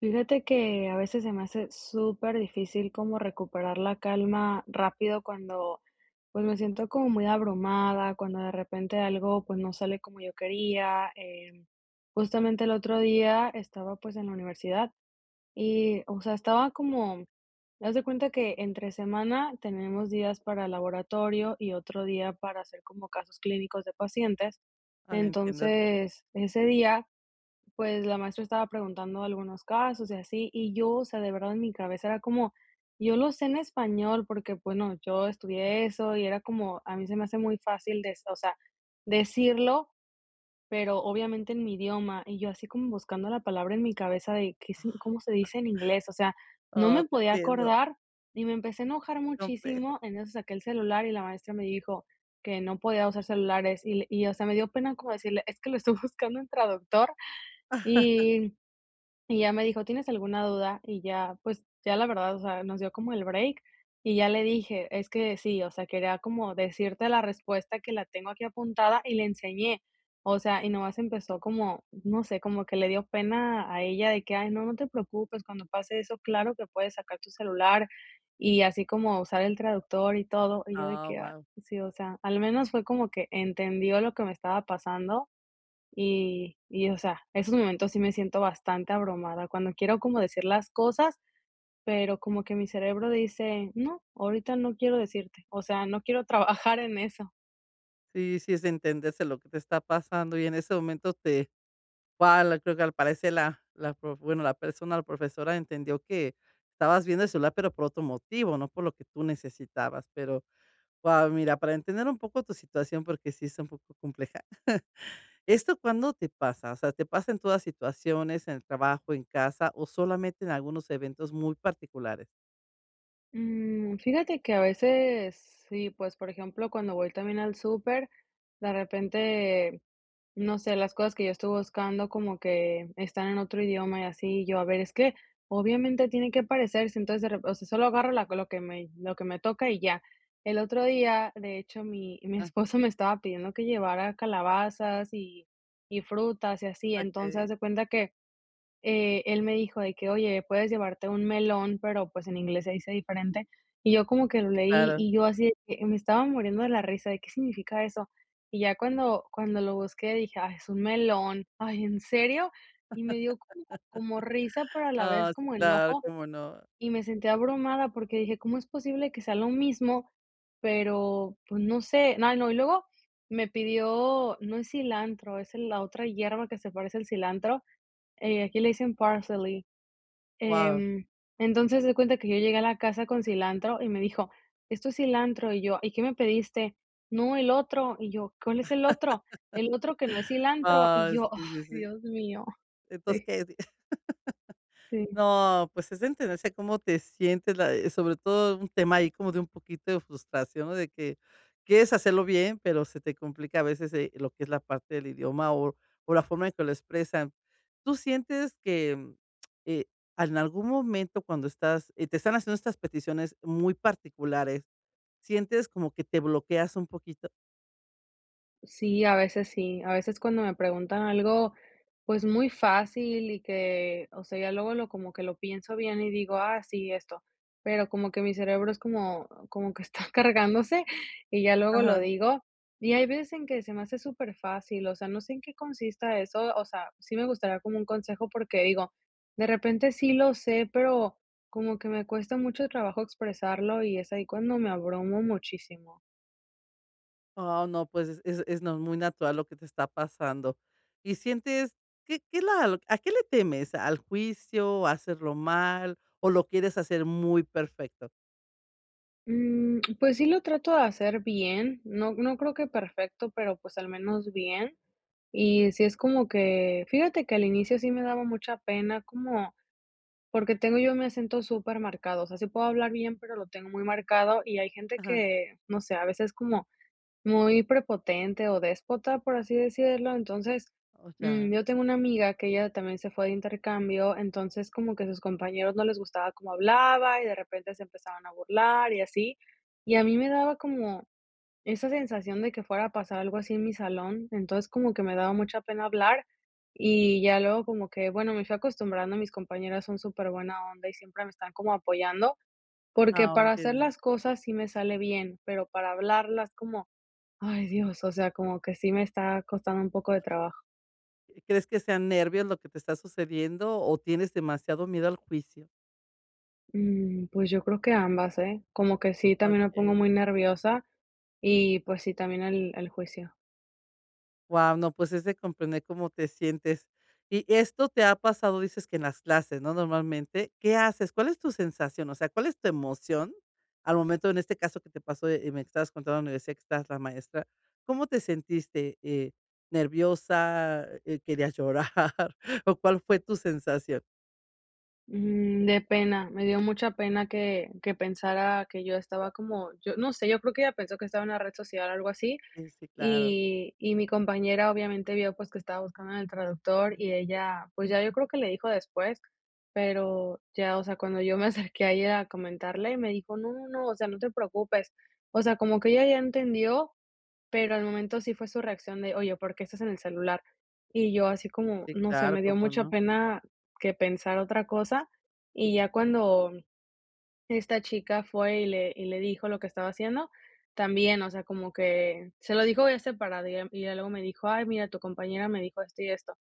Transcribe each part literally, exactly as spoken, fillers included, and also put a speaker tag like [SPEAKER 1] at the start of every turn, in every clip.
[SPEAKER 1] Fíjate que a veces se me hace súper difícil como recuperar la calma rápido cuando pues me siento como muy abrumada, cuando de repente algo pues no sale como yo quería. Em, justamente el otro día estaba pues en la universidad y o sea, estaba como, haz de cuenta que entre semana tenemos días para laboratorio y otro día para hacer como casos clínicos de pacientes.
[SPEAKER 2] Ah, entiendo.
[SPEAKER 1] Entonces, ese día... Pues, la maestra estaba preguntando algunos casos y así, y yo, o sea, de verdad en mi cabeza era como, yo lo sé en español porque, bueno, yo estudié eso y era como, a mí se me hace muy fácil des o sea, decirlo, pero obviamente en mi idioma, y yo así como buscando la palabra en mi cabeza de qué sin cómo se dice en inglés, o sea, no
[SPEAKER 2] Oh,
[SPEAKER 1] me
[SPEAKER 2] te
[SPEAKER 1] podía
[SPEAKER 2] entiendo,
[SPEAKER 1] acordar y me empecé a enojar
[SPEAKER 2] complejo.
[SPEAKER 1] muchísimo, entonces saqué el celular y la maestra me dijo que no podía usar celulares y y, o sea, me dio pena como decirle: "Es que lo estoy buscando en traductor", y y ya me dijo: "¿Tienes alguna duda?", y ya, pues, ya la verdad, o sea, nos dio como el break, y ya le dije: "Es que sí, o sea, quería como decirte la respuesta que la tengo aquí apuntada", y le enseñé, o sea, y nomás empezó como, no sé, como que le dio pena a ella de que: "Ay, no, no te preocupes, cuando pase eso, claro que puedes sacar tu celular", y así como usar el traductor y todo, y yo de
[SPEAKER 2] Ah,
[SPEAKER 1] que: "Ah",
[SPEAKER 2] wow.
[SPEAKER 1] sí, o sea, al menos fue como que entendió lo que me estaba pasando y y, o sea, esos momentos sí me siento bastante abrumada, cuando quiero como decir las cosas, pero como que mi cerebro dice: "No, ahorita no quiero decirte", o sea, no quiero trabajar en eso.
[SPEAKER 2] Sí, sí, es entenderse lo que te está pasando, y en ese momento te wow la creo que al parecer la la prof, bueno, la persona, la profesora entendió que estabas viendo el celular, pero por otro motivo, no por lo que tú necesitabas. Pero wow, mira, para entender un poco tu situación, porque sí es un poco compleja. ¿Esto cuándo te pasa? O sea, ¿te pasa en todas situaciones, en el trabajo, en casa, o solamente en algunos eventos muy particulares?
[SPEAKER 1] Mm, fíjate que a veces sí, pues, por ejemplo, cuando voy también al súper, de repente, no sé, las cosas que yo estoy buscando como que están en otro idioma y así, yo, a ver, es que obviamente tiene que parecerse, entonces, de rep- o sea, solo agarro la- lo que me, lo que me toca y ya. El otro día, de hecho, mi, mi
[SPEAKER 2] Ah,
[SPEAKER 1] esposo me estaba pidiendo que llevara calabazas y, y frutas y así, entonces, haz
[SPEAKER 2] okey.
[SPEAKER 1] de cuenta que eh, él me dijo de que: "Oye, puedes llevarte un melón", pero, pues, en inglés se dice diferente, y yo como que lo
[SPEAKER 2] Sí,
[SPEAKER 1] leí,
[SPEAKER 2] claro.
[SPEAKER 1] y yo así de que me estaba muriendo de la risa, de, ¿qué significa eso? Y ya cuando cuando lo busqué dije: "Ay, es un melón". Ay, ¿en serio? Y me dio como como risa, pero a la vez
[SPEAKER 2] Ah, sí,
[SPEAKER 1] como
[SPEAKER 2] claro,
[SPEAKER 1] enojo,
[SPEAKER 2] cómo no.
[SPEAKER 1] y me sentí abrumada porque dije: "¿Cómo es posible que sea lo mismo?", pero, pues, no sé. Ay, no, y luego me pidió, no es cilantro, es el la otra hierba que se parece al cilantro, eh, aquí le dicen parsley.
[SPEAKER 2] Wow.
[SPEAKER 1] Em, entonces, se cuenta que yo llegué a la casa con cilantro y me dijo: "Esto es cilantro", y yo: "¿Y qué me pediste?". "No, el otro", y yo: "¿Cuál es el otro?". "El otro que no es cilantro", y
[SPEAKER 2] Ah,
[SPEAKER 1] yo:
[SPEAKER 2] sí, sí,
[SPEAKER 1] "Ay,
[SPEAKER 2] sí.
[SPEAKER 1] Dios mío".
[SPEAKER 2] Entonces,
[SPEAKER 1] Sí,
[SPEAKER 2] ¿qué?
[SPEAKER 1] sí.
[SPEAKER 2] No, pues es entenderse cómo te sientes, la eh, sobre todo un tema ahí como de un poquito de frustración, ¿no? De que quieres hacerlo bien, pero se te complica a veces, eh, lo que es la parte del idioma, o o la forma en que lo expresan. ¿Tú sientes que, mm, eh, en algún momento cuando estás, eh, te están haciendo estas peticiones muy particulares, sientes como que te bloqueas un poquito?
[SPEAKER 1] Sí, a veces sí. A veces cuando me preguntan algo, pues, muy fácil y que, o sea, ya luego lo como que lo pienso bien y digo: "Ah, sí, esto". Pero como que mi cerebro es como como que está cargándose y ya luego lo
[SPEAKER 2] Ajá.
[SPEAKER 1] digo. Y hay veces en que se me hace súper fácil. O sea, no sé en qué consista eso, o sea, sí me gustaría como un consejo porque digo, de repente sí lo sé, pero como que me cuesta mucho trabajo expresarlo y es ahí cuando me abrumo muchísimo.
[SPEAKER 2] Oh, no, pues, es es es no, muy natural lo que te está pasando. Y sientes, ¿qué qué la lo- a qué le temes? ¿Al juicio, a hacerlo mal, o lo quieres hacer muy perfecto?
[SPEAKER 1] Mm, pues sí lo trato de hacer bien, no no creo que perfecto, pero, pues, al menos bien. Y sí es como que fíjate que al inicio sí me daba mucha pena, como porque tengo yo mi acento súper marcado, o sea, sí puedo hablar bien, pero lo tengo muy marcado, y hay gente
[SPEAKER 2] Ajá,
[SPEAKER 1] que, no sé, a veces como muy prepotente o déspota, por así decirlo. Entonces,
[SPEAKER 2] o ya.
[SPEAKER 1] mm, yo tengo una amiga que ella también se fue de intercambio, entonces como que sus compañeros no les gustaba cómo hablaba y de repente se empezaban a burlar y así. Y a mí me daba como esa sensación de que fuera a pasar algo así en mi salón, entonces como que me daba mucha pena hablar y ya luego como que, bueno, me fui acostumbrando, mis compañeras son súper buena onda y siempre me están como apoyando, porque
[SPEAKER 2] Ah,
[SPEAKER 1] para hacer
[SPEAKER 2] entiendo.
[SPEAKER 1] las cosas sí me sale bien, pero para hablarlas como Ay, Dios, o sea, como que sí me está costando un poco de trabajo.
[SPEAKER 2] ¿Crees que sean nervios lo que te está sucediendo, o tienes demasiado miedo al juicio?
[SPEAKER 1] Mm, pues yo creo que ambas, ¿eh? Como que sí, también me pongo
[SPEAKER 2] Okey.
[SPEAKER 1] muy nerviosa y pues sí, también el, el juicio.
[SPEAKER 2] Wow, no, pues es de comprender cómo te sientes. Y esto te ha pasado, dices que en las clases, ¿no? Normalmente, ¿qué haces? ¿Cuál es tu sensación? O sea, ¿cuál es tu emoción al momento, en este caso que te pasó, eh, y me estabas contando en la universidad que estás la maestra? ¿Cómo te sentiste? Eh, ¿nerviosa? Eh, ¿querías llorar? ¿O cuál fue tu sensación?
[SPEAKER 1] Mm, de pena, me dio mucha pena que, que pensara que yo estaba como, yo no sé, yo creo que ella pensó que estaba en una red social o algo así.
[SPEAKER 2] Sí, sí, claro.
[SPEAKER 1] Y y mi compañera obviamente vio, pues, que estaba buscando en el traductor y ella, pues, ya yo creo que le dijo después, pero ya, o sea, cuando yo me acerqué a ella a comentarle, me dijo: "No, no, no, o sea, no te preocupes". O sea, como que ella ya entendió, pero al momento sí fue su reacción de: "Oye, ¿por qué estás en el celular?". Y yo así como,
[SPEAKER 2] Sí,
[SPEAKER 1] no sé,
[SPEAKER 2] claro,
[SPEAKER 1] me dio
[SPEAKER 2] cómo
[SPEAKER 1] mucha
[SPEAKER 2] no.
[SPEAKER 1] pena que pensar otra cosa, y ya cuando esta chica fue y le y le dijo lo que estaba haciendo. También, o sea, como que se lo dijo ya separado, y ya y luego me dijo: "Ay, mira, tu compañera me dijo esto y esto".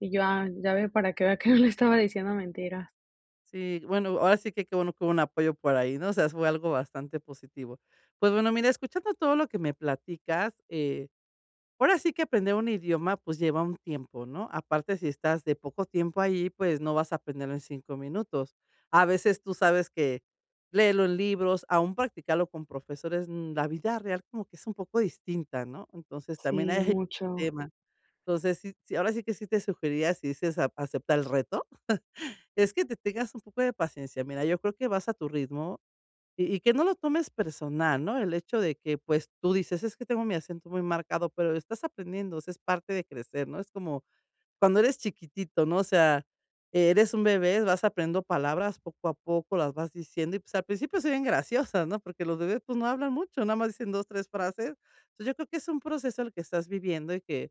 [SPEAKER 1] Y yo: "Ah, ya ve, para que vea que no le estaba diciendo mentiras".
[SPEAKER 2] Sí, bueno, ahora sí que qué bueno que hubo un apoyo por ahí, ¿no? O sea, fue algo bastante positivo. Pues bueno, mira, escuchando todo lo que me platicas, eh, ahora sí que aprender un idioma, pues, lleva un tiempo, ¿no? Aparte, si estás de poco tiempo ahí, pues, no vas a aprenderlo en cinco minutos. A veces tú sabes que léelo en libros, aún practicarlo con profesores, mm, la vida real como que es un poco distinta, ¿no? Entonces, también hay
[SPEAKER 1] Sí, mucho.
[SPEAKER 2] tema. Entonces, sí sí, ahora sí que sí te sugeriría, si dices a acepta el reto, es que te tengas un poco de paciencia. Mira, yo creo que vas a tu ritmo, y y que no lo tomes personal, ¿no? El hecho de que, pues, tú dices: "Es que tengo mi acento muy marcado", pero estás aprendiendo, o sea, es parte de crecer, ¿no? Es como cuando eres chiquitito, ¿no? O sea, eres un bebé, vas aprendiendo palabras poco a poco, las vas diciendo y, pues, al principio se ven graciosas, ¿no? Porque los bebés, pues, no hablan mucho, nada más dicen dos tres frases. Entonces, yo creo que es un proceso el que estás viviendo y que,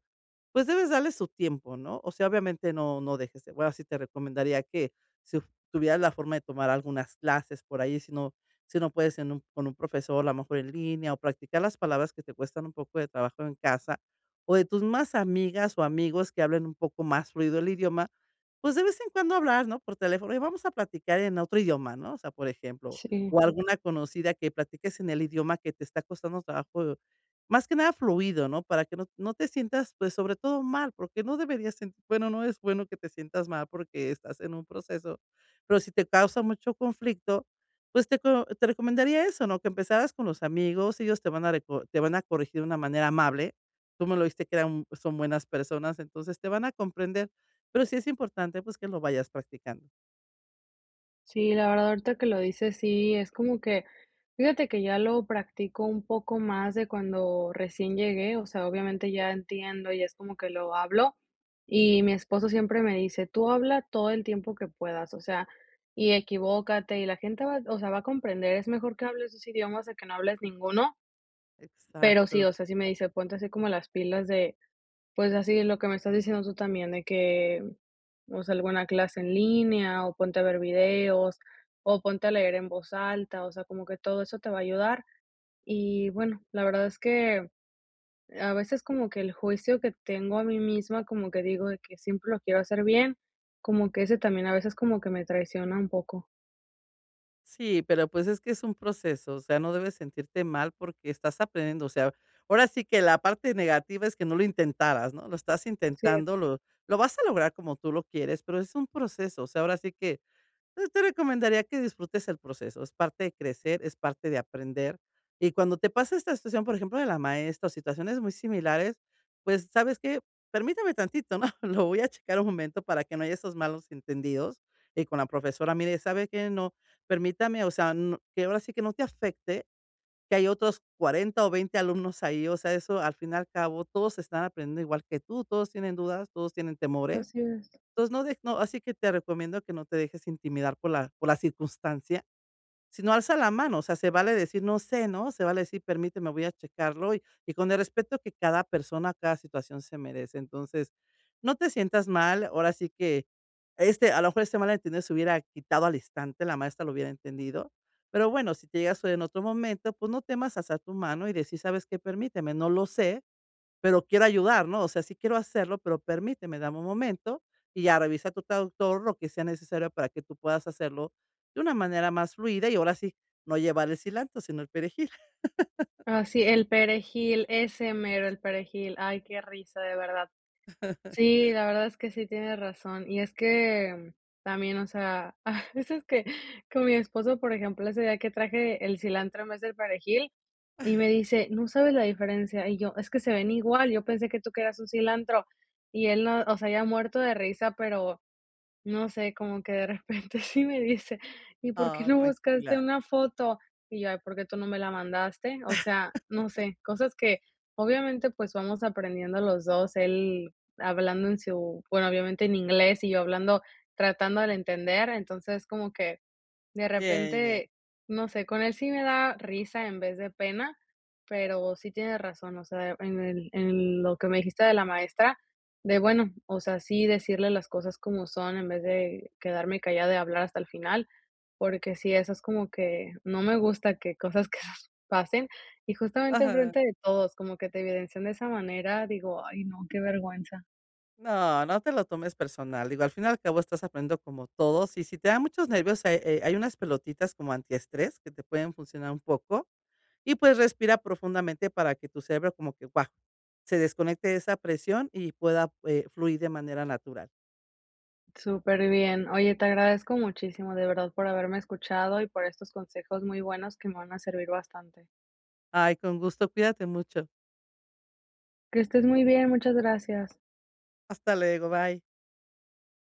[SPEAKER 2] pues, debes darle su tiempo, ¿no? O sea, obviamente no no dejes de bueno, sí te recomendaría que si uf- tuvieras la forma de tomar algunas clases por ahí, si no si no puedes en un con un profesor, a lo mejor en línea, o practicar las palabras que te cuestan un poco de trabajo en casa, o de tus más amigas o amigos que hablen un poco más fluido el idioma, pues, de vez en cuando hablar, ¿no? Por teléfono, y vamos a platicar en otro idioma, ¿no? O sea, por ejemplo,
[SPEAKER 1] Sí.
[SPEAKER 2] o alguna conocida que platiques en el idioma que te está costando trabajo más que nada fluido, ¿no? Para que no no te sientas, pues, sobre todo mal, porque no deberías sentir bueno, no es bueno que te sientas mal porque estás en un proceso, pero si te causa mucho conflicto, pues, te co te recomendaría eso, ¿no? Que empezaras con los amigos, ellos te van a reco te van a corregir de una manera amable. Tú me lo viste que eran son buenas personas, entonces te van a comprender, pero sí es importante, pues, que lo vayas practicando.
[SPEAKER 1] Sí, la verdad, ahorita que lo dices, sí, es como que, fíjate que ya lo practico un poco más de cuando recién llegué, o sea, obviamente ya entiendo y es como que lo hablo. Y mi esposo siempre me dice, tú habla todo el tiempo que puedas, o sea, y equivócate y la gente va, o sea, va a comprender, es mejor que hables dos idiomas a que no hables ninguno, pero sí,
[SPEAKER 2] Exacto.
[SPEAKER 1] o sea, sí me dice, ponte así como las pilas de, pues así lo que me estás diciendo tú también, de que, o sea, alguna clase en línea, o ponte a ver videos, o ponte a leer en voz alta, o sea, como que todo eso te va a ayudar. Y bueno, la verdad es que a veces como que el juicio que tengo a mí misma, como que digo de que siempre lo quiero hacer bien, como que ese también a veces como que me traiciona un poco.
[SPEAKER 2] Sí, pero pues es que es un proceso, o sea, no debes sentirte mal porque estás aprendiendo, o sea, ahora sí que la parte negativa es que no lo intentaras, ¿no? Lo estás
[SPEAKER 1] Sí,
[SPEAKER 2] intentando, lo, lo vas a lograr como tú lo quieres, pero es un proceso, o sea, ahora sí que yo te recomendaría que disfrutes el proceso, es parte de crecer, es parte de aprender. Y cuando te pasa esta situación, por ejemplo, de la maestra o situaciones muy similares, pues, ¿sabes que permítame tantito, ¿no? Lo voy a checar un momento para que no haya esos malos entendidos. Y con la profesora, mire, ¿sabe que no, permítame, o sea, no que ahora sí que no te afecte que hay otros cuarenta o veinte alumnos ahí, o sea, eso al fin y al cabo todos están aprendiendo igual que tú, todos tienen dudas, todos tienen temores.
[SPEAKER 1] así es.
[SPEAKER 2] Entonces, no de no, así que te recomiendo que no te dejes intimidar por la por la circunstancia, sino alza la mano, o sea, se vale decir: "No sé", ¿no? Se vale decir: "Permíteme, voy a checarlo", y y con el respeto que cada persona, cada situación se merece. Entonces, no te sientas mal, ahora sí que, este, a lo mejor este malentendido se hubiera quitado al instante, la maestra lo hubiera entendido, pero bueno, si te llega a en otro momento, pues no temas alzar tu mano y decir: "¿Sabes qué? Permíteme, no lo sé, pero quiero ayudar, ¿no? O sea, sí quiero hacerlo, pero permíteme, dame un momento y ya revisa tu traductor lo que sea necesario para que tú puedas hacerlo de una manera más fluida y ahora sí, no llevar el cilantro, sino el perejil."
[SPEAKER 1] Ah, sí, el perejil, ese mero, el perejil. Ay, qué risa, de verdad. Sí, la verdad es que sí tienes razón. Y es que también, o sea, a veces que con mi esposo, por ejemplo, ese día que traje el cilantro en vez del perejil, y me dice: "¿No sabes la diferencia?". Y yo: "Es que se ven igual, yo pensé que tú querías un cilantro". Y él no, o sea, ya muerto de risa, pero no sé, como que de repente sí me dice: "¿Y por qué
[SPEAKER 2] Ah,
[SPEAKER 1] no buscaste
[SPEAKER 2] tranquila.
[SPEAKER 1] una foto?". Y yo: "Ay, ¿por qué tú no me la mandaste?". O sea, no sé, cosas que obviamente, pues, vamos aprendiendo los dos él hablando en su bueno, obviamente en inglés y yo hablando tratando de entender, entonces como que de
[SPEAKER 2] Bien, bien.
[SPEAKER 1] repente, no sé, con él sí me da risa en vez de pena, pero sí tienes razón, o sea, en el en lo que me dijiste de la maestra, de bueno, o sea, sí decirle las cosas como son en vez de quedarme callada y hablar hasta el final, porque sí, eso es como que no me gusta que cosas que pasen y justamente
[SPEAKER 2] Ajá.
[SPEAKER 1] enfrente de todos, como que te evidencian de esa manera, digo: "Ay no, qué vergüenza".
[SPEAKER 2] No, no te lo tomes personal. Digo, al fin y al cabo estás aprendiendo como todos. Y si te da muchos nervios, hay, eh, hay unas pelotitas como antiestrés que te pueden funcionar un poco. Y pues respira profundamente para que tu cerebro como que, guau, se desconecte de esa presión y pueda, eh, fluir de manera natural.
[SPEAKER 1] Súper bien. Oye, te agradezco muchísimo, de verdad, por haberme escuchado y por estos consejos muy buenos que me van a servir bastante.
[SPEAKER 2] Ay, con gusto, cuídate mucho.
[SPEAKER 1] Que estés muy bien, muchas gracias.
[SPEAKER 2] Hasta luego, bye.